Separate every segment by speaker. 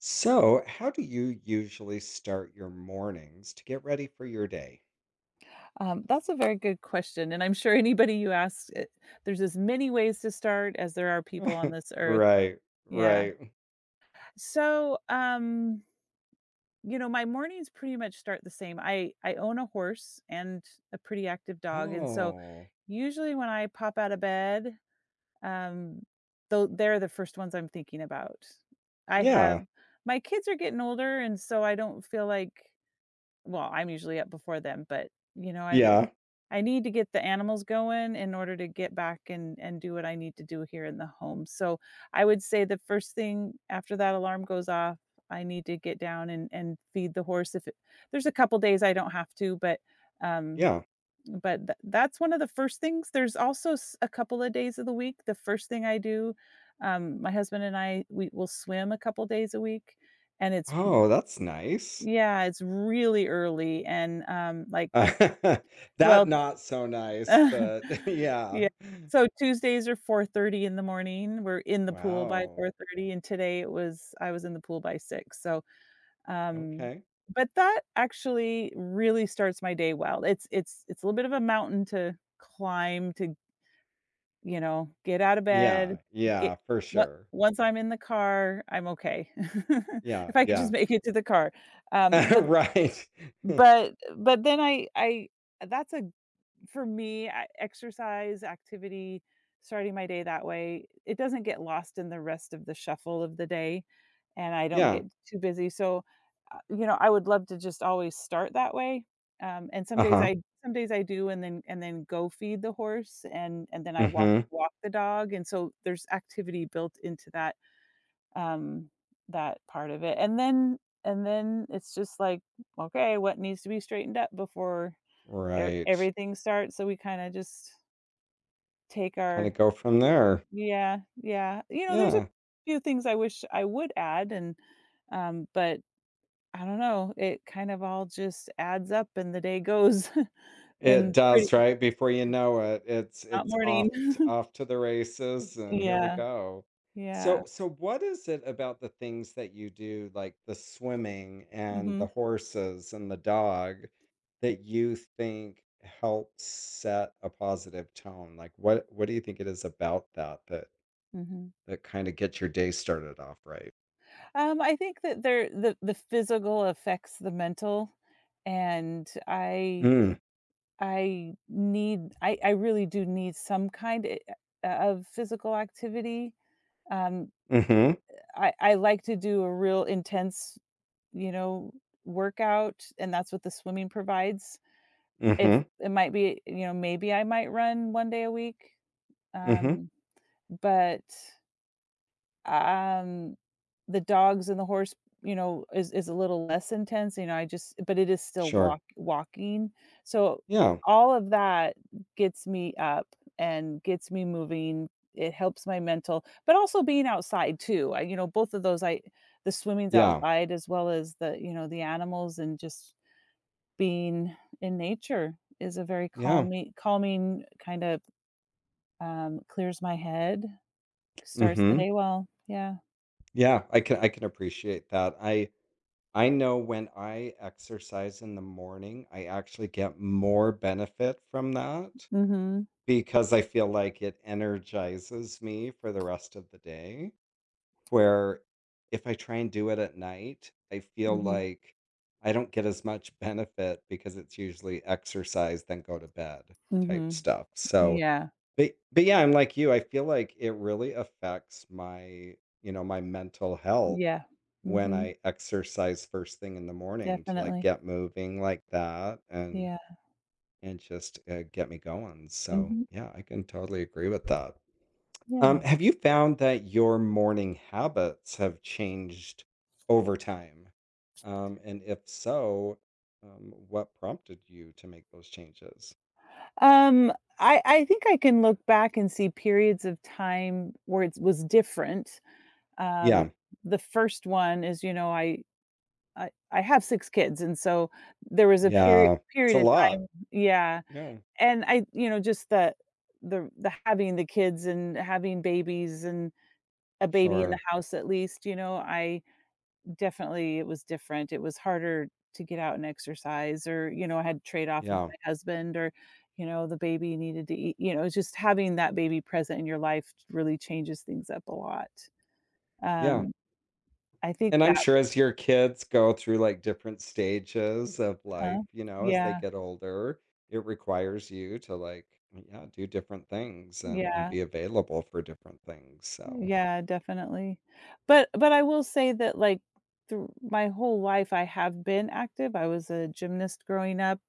Speaker 1: So, how do you usually start your mornings to get ready for your day?
Speaker 2: That's a very good question, and I'm sure anybody you ask, there's as many ways to start as there are people on this earth.
Speaker 1: Right,
Speaker 2: Yeah.
Speaker 1: right.
Speaker 2: So my mornings pretty much start the same. I own a horse and a pretty active dog, and so
Speaker 1: Oh,
Speaker 2: usually when I pop out of bed, um, though they're the first ones I'm thinking about. I have
Speaker 1: yeah,
Speaker 2: My kids are getting older, and so I don't feel like well, I'm usually up before them, but you know, I
Speaker 1: yeah,
Speaker 2: I need to get the animals going in order to get back and do what I need to do here in the home. So I would say the first thing after that alarm goes off, I need to get down and feed the horse. If it, There's a couple days I don't have to, um,
Speaker 1: yeah.
Speaker 2: but that's one of the first things. There's also a couple of days of the week. The first thing I do, my husband and I we will swim a couple days a week, and it's
Speaker 1: Oh, that's nice.
Speaker 2: yeah, it's really early and like
Speaker 1: That
Speaker 2: well.
Speaker 1: not so nice, but yeah.
Speaker 2: Yeah. So Tuesdays are 4:30 in the morning, we're in the pool by
Speaker 1: Wow.
Speaker 2: 4:30, and today it was I was in the pool by 6:00, so, um
Speaker 1: Okay.
Speaker 2: but that actually really starts my day well. It's a little bit of a mountain to climb to, you know, get out of bed,
Speaker 1: Yeah,
Speaker 2: get
Speaker 1: yeah, for
Speaker 2: what
Speaker 1: sure.
Speaker 2: once I'm in the car, I'm okay.
Speaker 1: Yeah,
Speaker 2: If I could just
Speaker 1: yeah.
Speaker 2: make it to the car. Um, but
Speaker 1: Right.
Speaker 2: but then I that's a for me, I exercise, activity, starting my day that way, it doesn't get lost in the rest of the shuffle of the day, and I don't get
Speaker 1: Yeah.
Speaker 2: too busy, so, you know, I would love to just always start that way, and
Speaker 1: Uh-huh.
Speaker 2: some days I do and then go feed the horse and then I
Speaker 1: Mm-hmm.
Speaker 2: walk the dog, and so there's activity built into that, um, that part of it, and then it's just like, "Okay, what needs to be straightened up before Ev
Speaker 1: Right.
Speaker 2: everything starts," so we kinda just take
Speaker 1: Kind
Speaker 2: our.
Speaker 1: of go from there.
Speaker 2: Yeah, yeah. You know, there's a
Speaker 1: Yeah.
Speaker 2: few things I wish I would add and, but I don't know, it kind of all just adds up and the day goes
Speaker 1: It
Speaker 2: in pretty
Speaker 1: does, right? Before you know it, it's
Speaker 2: not
Speaker 1: it's
Speaker 2: morning.
Speaker 1: off to the races and here we
Speaker 2: Yeah,
Speaker 1: go.
Speaker 2: yeah.
Speaker 1: So what is it about the things that you do, like the swimming and the
Speaker 2: Mhm,
Speaker 1: horses and the dog, that you think helps set a positive tone? Like what do you think it is about that that
Speaker 2: mhm.
Speaker 1: that kind of gets your day started off right?
Speaker 2: I think that there the physical affects the mental, and I
Speaker 1: Mm.
Speaker 2: I need I I really do need some kind, of physical activity, um
Speaker 1: Mm-hmm.
Speaker 2: I like to do a real intense, you know, workout, and that's what the swimming provides. If
Speaker 1: Mm-hmm.
Speaker 2: it might be you know, maybe I might run 1 day a week,
Speaker 1: Mm-hmm.
Speaker 2: um, but um, the dogs and the horse, you know, is a little less intense, you know, I just but it is still
Speaker 1: Sure.
Speaker 2: walking. So,
Speaker 1: Yeah.
Speaker 2: all of that gets me up and gets me moving. It helps my mental but also being outside too. I you know, both of those I the swimming's
Speaker 1: Yeah.
Speaker 2: outside as well as the, you know, the animals and just being in nature is a very
Speaker 1: Yeah.
Speaker 2: calming kind of, clears my head, starts the
Speaker 1: Mm-hmm.
Speaker 2: day well. Yeah.
Speaker 1: Yeah, I can appreciate that. I know when I exercise in the morning, I actually get more benefit from that
Speaker 2: Mhm.
Speaker 1: because I feel like it energizes me for the rest of the day. Where if I try and do it at night, I feel
Speaker 2: Mhm,
Speaker 1: like I don't get as much benefit because it's usually exercise, then go to bed type
Speaker 2: mhm.
Speaker 1: stuff. So
Speaker 2: Yeah,
Speaker 1: but yeah, I'm like you. I feel like it really affects my mental health
Speaker 2: yeah.
Speaker 1: when
Speaker 2: Mhm,
Speaker 1: I exercise first thing in the morning to like
Speaker 2: definitely.
Speaker 1: get moving like that and
Speaker 2: Yeah.
Speaker 1: and just get me going. So,
Speaker 2: Mhm,
Speaker 1: yeah, I can totally agree with that.
Speaker 2: yeah.
Speaker 1: Have you found that your morning habits have changed over time? And if so, what prompted you to make those changes?
Speaker 2: Um, I think I can look back and see periods of time where it was different. Um,
Speaker 1: Yeah,
Speaker 2: the first one is, you know, I have 6 kids, and so there was a
Speaker 1: yeah, it's
Speaker 2: period
Speaker 1: a
Speaker 2: of
Speaker 1: lot.
Speaker 2: time. Yeah,
Speaker 1: Yeah.
Speaker 2: and I you know, just the having the kids and having babies and a baby in the
Speaker 1: Sure.
Speaker 2: house at least, you know, I. Definitely, it was different. It was harder to get out and exercise or, you know, I had trade off with
Speaker 1: Yeah.
Speaker 2: my husband or, you know, the baby needed to eat, you know, it's just having that baby present in your life really changes things up a lot.
Speaker 1: Yeah.
Speaker 2: Um, I think
Speaker 1: And I'm
Speaker 2: that
Speaker 1: sure as your kids go through like different stages of life,
Speaker 2: huh.
Speaker 1: you know, as they
Speaker 2: Yeah.
Speaker 1: get older, it requires you to like, yeah, do different things and
Speaker 2: Yeah.
Speaker 1: be available for different things. So,
Speaker 2: Yeah, definitely. But I will say that like through my whole life I have been active. I was a gymnast growing up.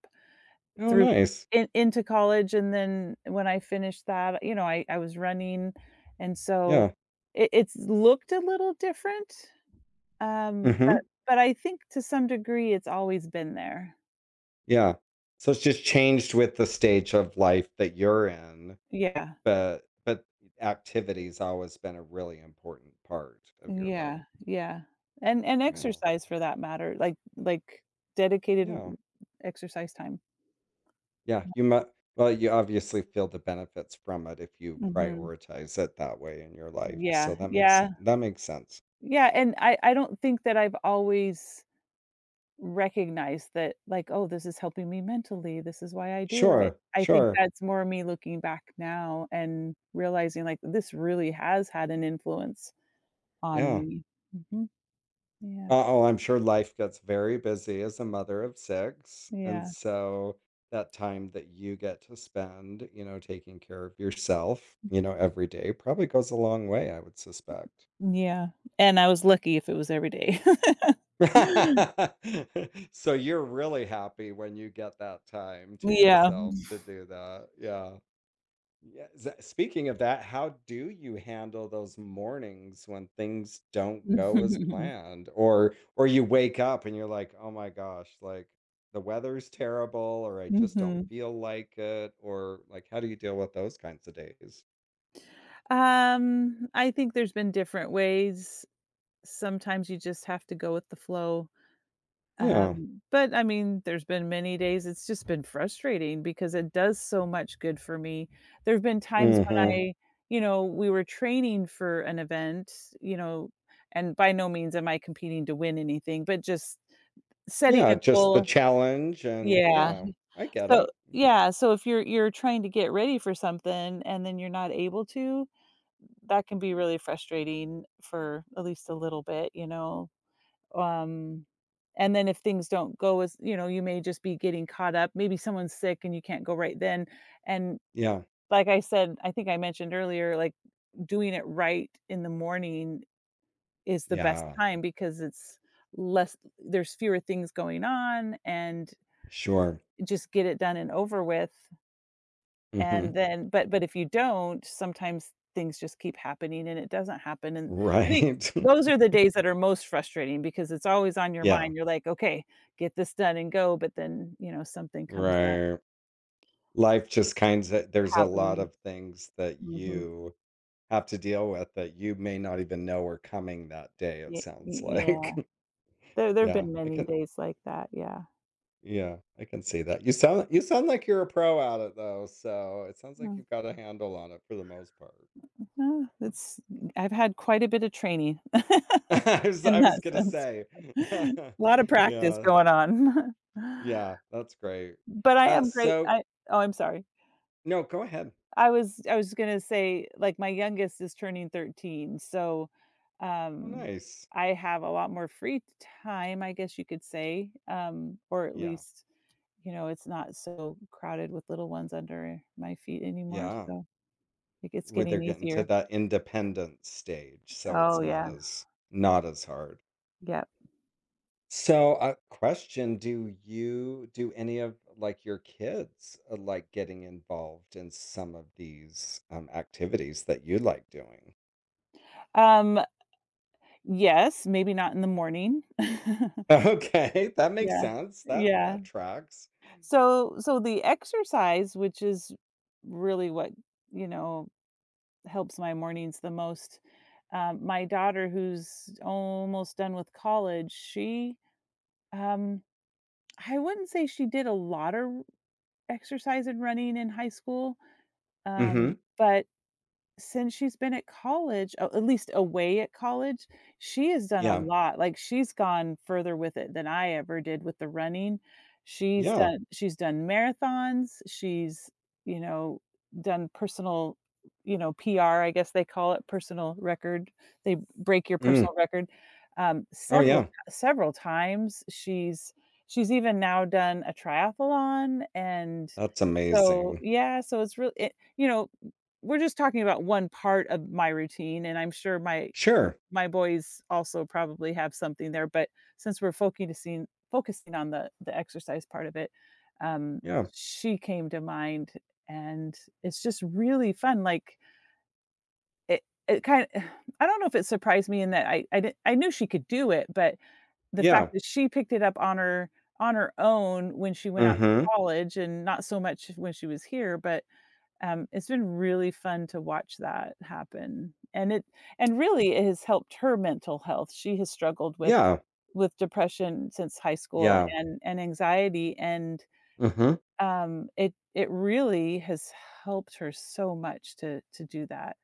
Speaker 1: oh,
Speaker 2: Through
Speaker 1: nice.
Speaker 2: in into college, and then when I finished that, you know, I was running, and so
Speaker 1: Yeah.
Speaker 2: it it's looked a little different, but
Speaker 1: Hmm.
Speaker 2: I think to some degree, it's always been there.
Speaker 1: Yeah. So it's just changed with the stage of life that you're in,
Speaker 2: Yeah.
Speaker 1: but activity's always been a really important part of your
Speaker 2: Yeah,
Speaker 1: life.
Speaker 2: yeah, and
Speaker 1: Yeah.
Speaker 2: exercise for that matter, like dedicated
Speaker 1: Yeah.
Speaker 2: w exercise time.
Speaker 1: Yeah, you might. Well, you obviously feel the benefits from it if you
Speaker 2: Mhm.
Speaker 1: prioritize it that way in your life,
Speaker 2: Yeah,
Speaker 1: so
Speaker 2: yeah.
Speaker 1: that makes sense.
Speaker 2: Yeah, and I don't think that I've always Recognize that, like, "Oh, this is helping me mentally, this is why I do it."
Speaker 1: Sure,
Speaker 2: I think
Speaker 1: sure,
Speaker 2: that's more me looking back now and realizing, like, this really has had an influence on
Speaker 1: yeah.
Speaker 2: me. Mhm. Yeah.
Speaker 1: Oh, I'm sure life gets very busy as a mother of 6, and
Speaker 2: Yeah.
Speaker 1: so that time that you get to spend, you know, taking care of yourself, you know, every day probably goes a long way, I would suspect.
Speaker 2: Yeah. And I was lucky if it was every day.
Speaker 1: So you're really happy when you get that time to
Speaker 2: Yeah.
Speaker 1: yourself to do that, yeah. Yeah, speaking of that, how do you handle those mornings when things don't go as planned or you wake up and you're like, "Oh my gosh, like the weather's terrible or I just don't
Speaker 2: Mhm.
Speaker 1: feel like it," or like how do you deal with those kinds of days?
Speaker 2: I think there's been different ways. Sometimes you just have to go with the flow.
Speaker 1: Yeah.
Speaker 2: But I mean, there's been many days it's just been frustrating because it does so much good for me. There've been times when
Speaker 1: Mhm.
Speaker 2: I you know, we were training for an event, you know, and by no means am I competing to win anything, but just setting
Speaker 1: Yeah,
Speaker 2: a
Speaker 1: just the
Speaker 2: goal.
Speaker 1: challenge and
Speaker 2: Yeah.
Speaker 1: yeah, I get
Speaker 2: So
Speaker 1: it.
Speaker 2: yeah, so if you're trying to get ready for something and then you're not able to, that can be really frustrating for at least a little bit, you know? Um, and then if things don't go as you know, you may just be getting caught up. Maybe someone's sick and you can't go right then. And
Speaker 1: Yeah.
Speaker 2: like I said, I think I mentioned earlier, like doing it right in the morning is the best
Speaker 1: Yeah.
Speaker 2: time because it's less there's fewer things going on and
Speaker 1: Sure.
Speaker 2: just get it done and over with and
Speaker 1: Mhm.
Speaker 2: then but if you don't, sometimes things just keep happening and it doesn't happen, and I think
Speaker 1: Right.
Speaker 2: those are the days that are most frustrating because it's always on your
Speaker 1: Yeah.
Speaker 2: mind, you're like, "Okay, get this done and go," but then, you know, something comes up,
Speaker 1: Right. Life just kinds of there's a lot
Speaker 2: happens.
Speaker 1: of things that
Speaker 2: Mhm.
Speaker 1: you have to deal with that you may not even know are coming that day, it
Speaker 2: Ye
Speaker 1: sounds like.
Speaker 2: yeah. There've
Speaker 1: Yeah,
Speaker 2: been
Speaker 1: I
Speaker 2: many
Speaker 1: can
Speaker 2: days like that, yeah.
Speaker 1: yeah, I can see that. You sound like you're a pro at it though, so it sounds like
Speaker 2: Mm,
Speaker 1: you've got a handle on it for the most part.
Speaker 2: no, it's I've had quite a bit of training
Speaker 1: I was
Speaker 2: in
Speaker 1: I was
Speaker 2: that
Speaker 1: gonna
Speaker 2: sense.
Speaker 1: say.
Speaker 2: A lot of practice
Speaker 1: Yeah,
Speaker 2: going on.
Speaker 1: yeah, that's great.
Speaker 2: But I am great
Speaker 1: So
Speaker 2: I oh, I'm sorry.
Speaker 1: no, go ahead.
Speaker 2: I was gonna say, like, my youngest is turning 13, so,
Speaker 1: Oh,
Speaker 2: um,
Speaker 1: nice.
Speaker 2: I have a lot more free time, I guess you could say, or at
Speaker 1: Yeah,
Speaker 2: least, you know, it's not so crowded with little ones under my feet anymore,
Speaker 1: yeah.
Speaker 2: so like, it's
Speaker 1: Where
Speaker 2: getting
Speaker 1: they're getting to
Speaker 2: easier.
Speaker 1: that independent stage, so
Speaker 2: Oh,
Speaker 1: it's not
Speaker 2: yeah,
Speaker 1: as not as hard.
Speaker 2: yeah.
Speaker 1: So, a question, do you do any of, like, your kids, like, getting involved in some of these, activities that you like doing?
Speaker 2: Um, yes, maybe not in the morning.
Speaker 1: Okay, that makes
Speaker 2: Yeah,
Speaker 1: sense. That
Speaker 2: yeah.
Speaker 1: that tracks.
Speaker 2: So so the exercise, which is really what, you know, helps my mornings the most. My daughter, who's almost done with college, um, I wouldn't say she did a lot of exercise and running in high school,
Speaker 1: Mhm.
Speaker 2: but since she's been at college, oh, at least away at college, she has done a
Speaker 1: Yeah.
Speaker 2: lot, like, she's gone further with it than I ever did with the running.
Speaker 1: Yeah.
Speaker 2: She's done marathons, she's, you know, done personal, you know, PR, I guess they call it, personal record. They break your
Speaker 1: Mm.
Speaker 2: personal record, um,
Speaker 1: Oh,
Speaker 2: several
Speaker 1: yeah.
Speaker 2: several times. She's even now done a triathlon, and
Speaker 1: That's
Speaker 2: so
Speaker 1: amazing.
Speaker 2: yeah, so it's really it you know, we're just talking about one part of my routine, and I'm sure
Speaker 1: Sure.
Speaker 2: my boys also probably have something there, but since we're focusing on the exercise part of it, um,
Speaker 1: Yeah.
Speaker 2: she came to mind, and it's just really fun. Like it kind of, I don't know if it surprised me in that did, I knew she could do it, but the fact
Speaker 1: Yeah.
Speaker 2: that she picked it up on her own when she went out to
Speaker 1: Mhm.
Speaker 2: college, and not so much when she was here, but it's been really fun to watch that happen, and it and really it has helped her mental health. She has struggled with
Speaker 1: Yeah.
Speaker 2: depression since high school
Speaker 1: Yeah.
Speaker 2: and anxiety, and,
Speaker 1: Mhm.
Speaker 2: it it really has helped her so much to do that,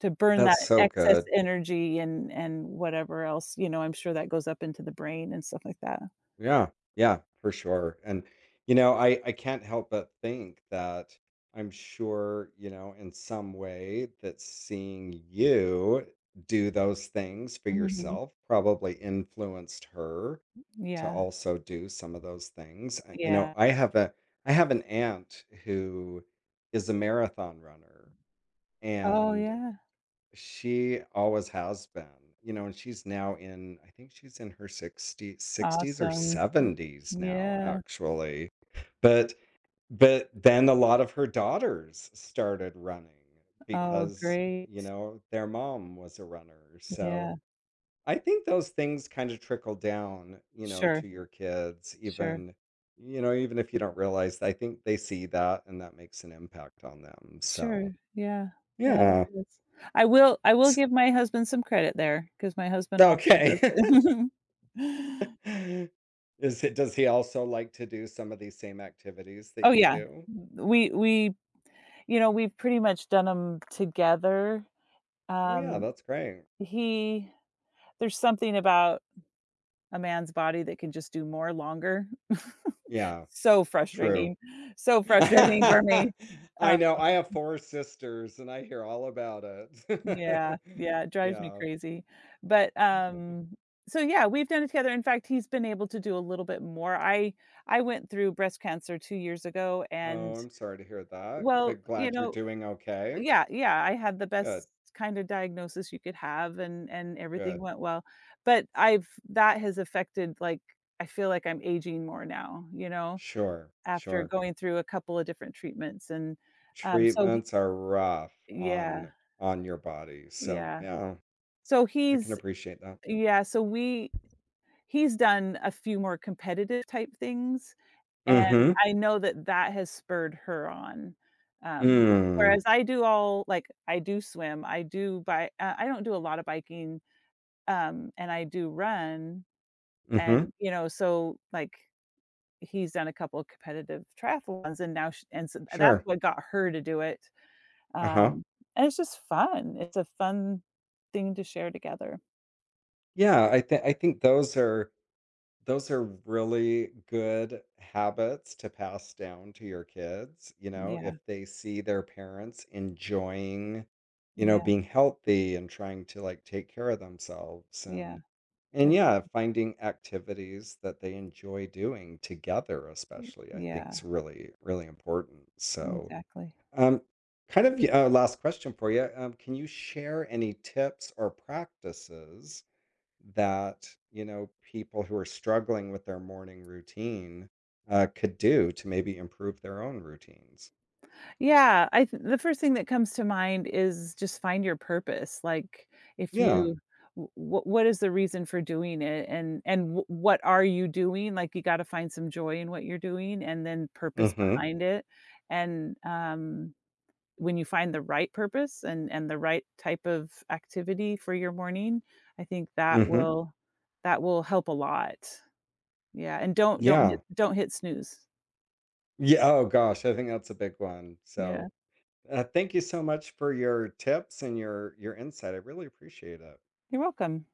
Speaker 2: to burn that
Speaker 1: That's so
Speaker 2: excess
Speaker 1: good.
Speaker 2: energy and whatever else, you know, I'm sure that goes up into the brain and stuff like that.
Speaker 1: Yeah, yeah, for sure. And I can't help but think that I'm sure, you know, in some way that seeing you do those things for
Speaker 2: Mhm.
Speaker 1: yourself probably influenced her to
Speaker 2: Yeah,
Speaker 1: also do some of those things. You know,
Speaker 2: yeah.
Speaker 1: I have a I have an aunt who is a marathon runner
Speaker 2: Oh,
Speaker 1: and
Speaker 2: yeah.
Speaker 1: she always has been, and she's now in I think she's in her sixty-sixties or
Speaker 2: Awesome.
Speaker 1: 70s now,
Speaker 2: Yeah.
Speaker 1: actually. But but then a lot of her daughters started running
Speaker 2: Oh,
Speaker 1: because,
Speaker 2: great.
Speaker 1: you know, their mom was a runner. So
Speaker 2: Yeah.
Speaker 1: I think those things kind of trickle down,
Speaker 2: Sure,
Speaker 1: to your kids,
Speaker 2: sure,
Speaker 1: even, you know, even if you don't realize, I think they see that and that makes an impact on them. So
Speaker 2: sure. Yeah, yeah,
Speaker 1: yeah.
Speaker 2: it is. I will
Speaker 1: S-
Speaker 2: give my husband some credit there because my husband also does
Speaker 1: Okay.
Speaker 2: it.
Speaker 1: Is it does he also like to do some of these same activities that
Speaker 2: Oh,
Speaker 1: you
Speaker 2: yeah.
Speaker 1: do?
Speaker 2: We You know, we've pretty much done them together.
Speaker 1: Oh, yeah,
Speaker 2: Um,
Speaker 1: that's great.
Speaker 2: he there's something about a man's body that can just do more longer.
Speaker 1: Yeah,
Speaker 2: So
Speaker 1: true.
Speaker 2: frustrating, so frustrating for me. Um
Speaker 1: I know, I have 4 sisters, and I hear all about
Speaker 2: Yeah,
Speaker 1: it.
Speaker 2: yeah, it drives me
Speaker 1: Yeah.
Speaker 2: crazy, but, so, yeah, we've done it together, in fact, he's been able to do a little bit more, I. I went through breast cancer 2 years ago, and
Speaker 1: Oh, I'm sorry to hear that,
Speaker 2: well,
Speaker 1: but
Speaker 2: you
Speaker 1: glad you're
Speaker 2: know
Speaker 1: doing okay.
Speaker 2: yeah, yeah, I had the
Speaker 1: Good,
Speaker 2: best kinda diagnosis you could have, and everything
Speaker 1: good.
Speaker 2: went well, but I've that has affected, like I feel like I'm aging more now, you know,
Speaker 1: Sure,
Speaker 2: after
Speaker 1: sure.
Speaker 2: going through a couple of different treatments, and, so he
Speaker 1: Treatments are rough
Speaker 2: yeah,
Speaker 1: on your body, so,
Speaker 2: yeah,
Speaker 1: yeah,
Speaker 2: so
Speaker 1: I can
Speaker 2: he's
Speaker 1: appreciate that.
Speaker 2: yeah, so we he's done a few more competitive type things, and
Speaker 1: Mhm.
Speaker 2: I know that that has spurred her on. Um,
Speaker 1: Mm.
Speaker 2: Whereas I do all like, I do swim, I don't do a lot of biking, and I do run, and,
Speaker 1: Mhm.
Speaker 2: you know, so, like, he's done a couple of competitive triathlons, and now sh and so that's
Speaker 1: Sure.
Speaker 2: what got her to do it,
Speaker 1: Uh-huh.
Speaker 2: um, and it's just fun. It's a fun thing to share together.
Speaker 1: Yeah, I think those are really good habits to pass down to your kids,
Speaker 2: Yeah,
Speaker 1: if they see their parents enjoying,
Speaker 2: yeah,
Speaker 1: being healthy and trying to like take care of themselves
Speaker 2: yeah,
Speaker 1: and
Speaker 2: definitely.
Speaker 1: yeah, finding activities that they enjoy doing together, especially, I think
Speaker 2: Yeah,
Speaker 1: is really, really important. So,
Speaker 2: exactly.
Speaker 1: Um, kind of yeah, last question for you. Can you share any tips or practices that you know people who are struggling with their morning routine could do to maybe improve their own routines?
Speaker 2: Yeah, I th the first thing that comes to mind is just find your purpose, like, if Yeah.
Speaker 1: Yeah.
Speaker 2: you w what is the reason for doing it, and w what are you doing? Like, you gotta find some joy in what you're doing and then purpose
Speaker 1: Mm-hmm.
Speaker 2: behind it, and, when you find the right purpose and the right type of activity for your morning, I think that Mhm.
Speaker 1: Mm-hmm.
Speaker 2: will that will help a lot. Yeah, and
Speaker 1: Yeah.
Speaker 2: don't hit snooze.
Speaker 1: Yeah. Oh gosh, I think that's a big one.
Speaker 2: Yeah.
Speaker 1: So thank you so much for your tips and your insight. I really appreciate it.
Speaker 2: You're welcome.